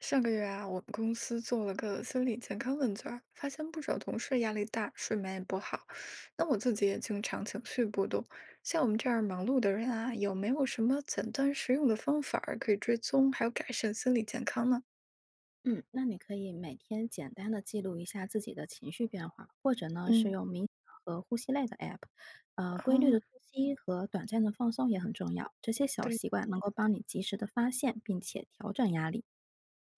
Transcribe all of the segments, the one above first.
上个月啊，我们公司做了个心理健康问卷儿，发现不少同事压力大，睡眠也不好。那我自己也经常情绪波动。像我们这样忙碌的人啊，有没有什么简单实用的方法儿可以追踪还有改善心理健康呢？嗯，那你可以每天简单的记录一下自己的情绪变化，或者呢是嗯，用冥想和呼吸类的 app，规律的哦，呼吸和短暂的放松也很重要。这些小对，习惯能够帮你及时的发现并且调整压力。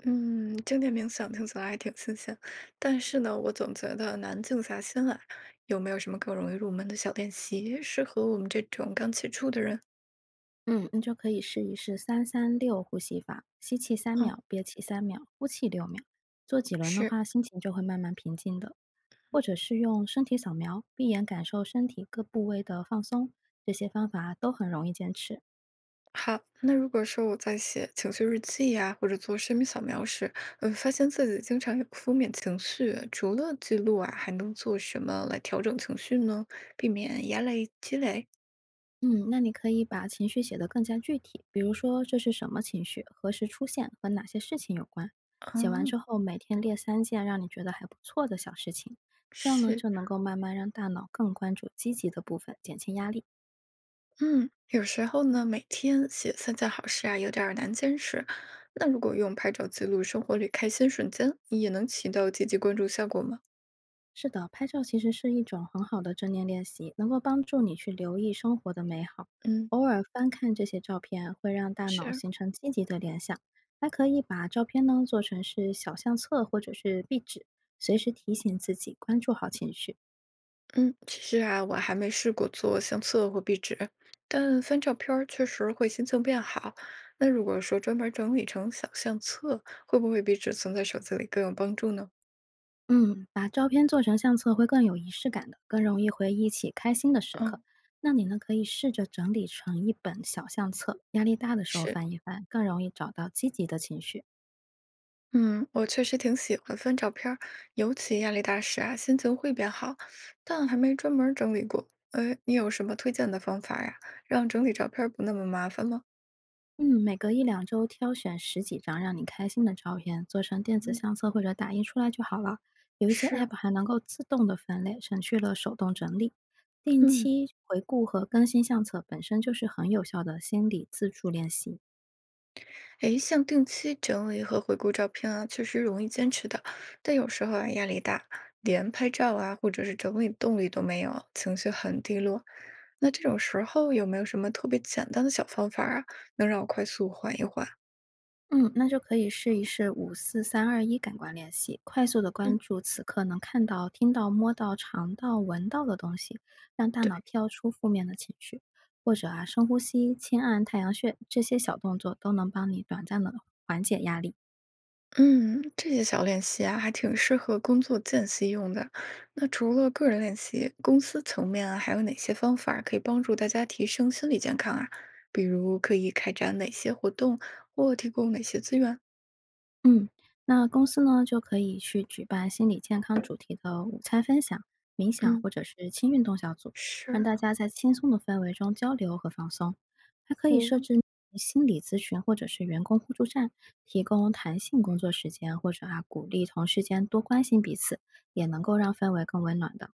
嗯，正念冥想听起来还挺新鲜，但是呢，我总觉得难静下心来。有没有什么更容易入门的小练习，适合我们这种刚起初的人？嗯，你就可以试一试336呼吸法，吸气三嗯，秒，憋气三秒，呼气6秒。做几轮的是。话，心情就会慢慢平静的。或者是用身体扫描，闭眼感受身体各部位的放松，这些方法都很容易坚持。好，那如果说我在写情绪日记呀、或者做生命扫描时，嗯，发现自己经常有负面情绪，除了记录啊，还能做什么来调整情绪呢？避免压力积累。嗯，那你可以把情绪写得更加具体，比如说这是什么情绪，何时出现，和哪些事情有关。写完嗯，之后，每天列三件让你觉得还不错的小事情，这样呢是，就能够慢慢让大脑更关注积极的部分，减轻压力。嗯，有时候呢，每天写三件好事啊，有点儿难坚持。那如果用拍照记录生活里开心瞬间，也能起到积极关注效果吗？是的，拍照其实是一种很好的正念练习，能够帮助你去留意生活的美好。嗯，偶尔翻看这些照片，会让大脑是。形成积极的联想，还可以把照片呢做成是小相册或者是壁纸，随时提醒自己关注好情绪。嗯，其实啊，我还没试过做相册或壁纸，但翻照片儿确实会心情变好。那如果说专门整理成小相册，会不会比只存在手机里更有帮助呢？嗯，把照片做成相册会更有仪式感的，更容易回忆起开心的时刻。嗯，那你呢，可以试着整理成一本小相册，压力大的时候是，翻一翻，更容易找到积极的情绪。嗯，我确实挺喜欢翻照片儿，尤其压力大时啊，心情会变好，但还没专门儿整理过。哎，你有什么推荐的方法呀，让整理照片儿不那么麻烦吗？嗯，每隔一两周挑选十几张让你开心的照片，做成电子嗯，相册或者打印出来就好了。有一些 是，App 还能够自动的分类，省去了手动整理。定嗯。期回顾和更新相册本身就是很有效的心理自助练习。诶，像定期整理和回顾照片啊，确实容易坚持的，但有时候啊压力大，连拍照啊或者是整理动力都没有，情绪很低落。那这种时候有没有什么特别简单的小方法啊，能让我快速缓一缓？嗯，那就可以试一试54321感官练习，快速的关嗯注此刻能看到、听到、摸到、尝到、闻到的东西，让大脑跳出负面的情绪，或者啊深呼吸、轻按太阳穴，这些小动作都能帮你短暂的缓解压力。嗯，这些小练习啊，还挺适合工作间隙用的。那除了个人练习，公司层面啊，还有哪些方法可以帮助大家提升心理健康啊？比如可以开展哪些活动，或提供哪些资源？嗯，那公司呢就可以去举办心理健康主题的午餐分享、冥想嗯。或者是轻运动小组，让是，大家在轻松的氛围中交流和放松。还可以设哦，置心理咨询或者是员工互助站，提供弹性工作时间，或者啊鼓励同事间多关心彼此，也能够让氛围更温暖的。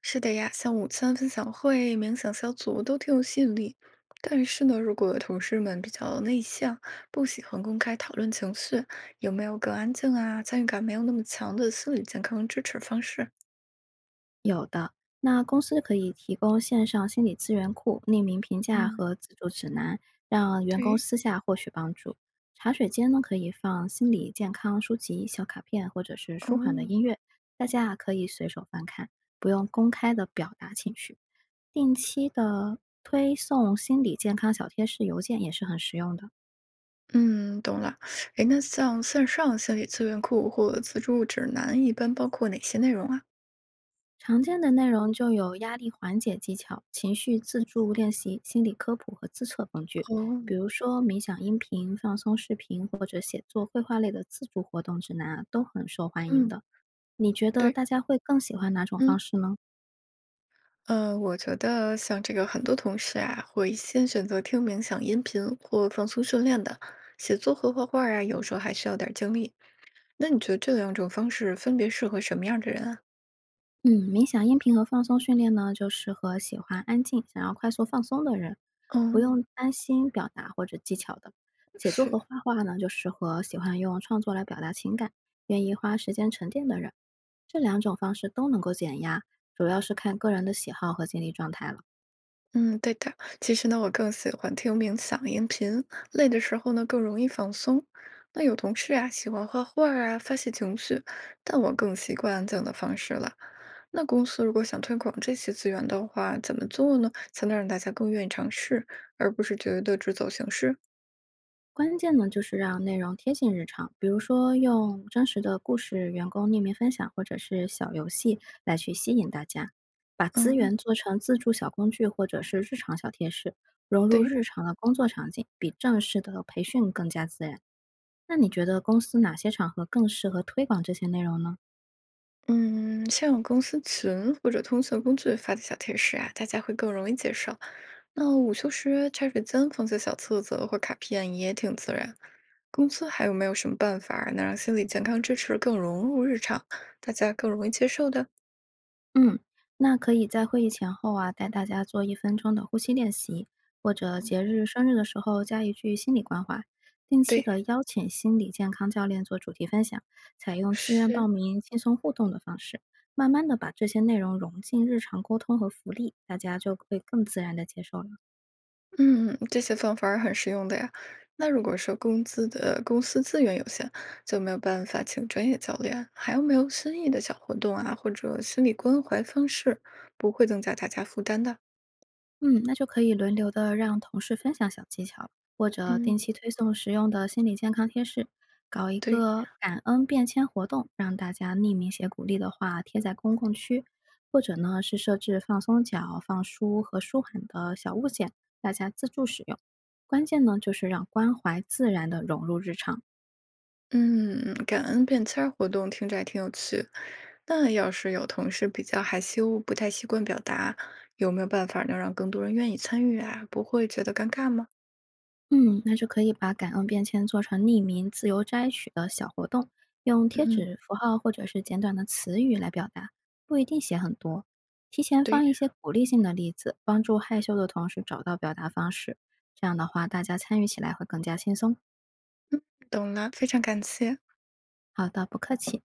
是的呀，像午餐分享会、冥想小组都挺有吸引力。但是呢，如果同事们比较内向，不喜欢公开讨论情绪，有没有更安静啊、参与感没有那么强的心理健康支持方式？有的，那公司可以提供线上心理资源库、匿名评价嗯，和自助指南，让员工对，私下获取帮助。茶水间呢，可以放心理健康书籍、小卡片或者是舒缓的嗯音乐，大家啊可以随手翻看，不用公开的表达情绪。定期的推送心理健康小贴士邮件也是很实用的。嗯，懂了。哎，那像线上心理资源库或自助指南，一般包括哪些内容啊？常见的内容就有压力缓解技巧、情绪自助练习、心理科普和自测工具，比哦，如说冥想音频、放松视频或者写作、绘画类的自助活动指南啊，都很受欢迎嗯，的。你觉得对，大家会更喜欢哪种方嗯。式呢？嗯，我觉得像这个很多同事啊，会先选择听冥想音频或放松训练的，写作和画画啊，有时候还需要点儿精力。那你觉得这两种方式分别适合什么样的人啊？嗯，冥想音频和放松训练呢，就适合喜欢安静、想要快速放松的人，不嗯，用担心表达或者技巧的。写作是。和画画呢，就适合喜欢用创作来表达情感、愿意花时间沉淀的人。这两种方式都能够减压，主要是看个人的喜好和精力状态了。嗯，对的。其实呢，我更喜欢听冥想音频，累的时候呢更容易放松。那有同事啊喜欢画画儿啊发泄情绪，但我更习惯安静的方式了。那公司如果想推广这些资源的话，怎么做呢？才能让大家更愿意尝试，而不是觉得只走形式？关键呢，就是让内容贴近日常，比如说用真实的故事、员工匿名分享或者是小游戏来去吸引大家，把资嗯，源做成自助小工具或者是日常小贴士，融入对。日常的工作场景，比正式的培训更加自然。那你觉得公司哪些场合更适合推广这些内容呢？嗯，像公司群或者通讯工具发的小贴士啊，大家会更容易接受。那午休时茶水间放些小册子或卡片也挺自然。公司还有没有什么办法儿能让心理健康支持更融入日常，大家更容易接受的？嗯，那可以在会议前后啊，带大家做1分钟的呼吸练习，或者节日、生日的时候加一句心理关怀。定期对，的邀请心理健康教练做主题分享，采用自愿报是名、轻松互动的方式，慢慢的把这些内容融进日常沟通和福利，大家就会更自然的接受了。嗯，这些方法儿很实用的呀。那如果说工资的公司资源有限，就没有办法请专业教练，还有没有新意的小活动啊，或者心理关怀方式，不会增加大家负担的？嗯，那就可以轮流的让同事分享小技巧，或者嗯，定期推送实用的心理健康贴士，搞一对，个感恩便签活动，让大家匿名写鼓励的话贴在公共区，或者呢是设置放松脚、放书和舒缓的小物件，大家自助使用。关键呢就是让关怀自然的融入日常。嗯，感恩便签儿活动听着还挺有趣。那要是有同事比较害羞，不太习惯表达，有没有办法能让更多人愿意参与啊？不会觉得尴尬吗？嗯，那就可以把感恩便签做成匿名、自由摘取的小活动，用贴嗯，纸、符号或者是简短的词语来表达，不一定写很多。提前放对。一些鼓励性的例子，帮助害羞的同事找到表达方式。这样的话，大家参与起来会更加轻松。懂了，非常感谢。好的，不客气。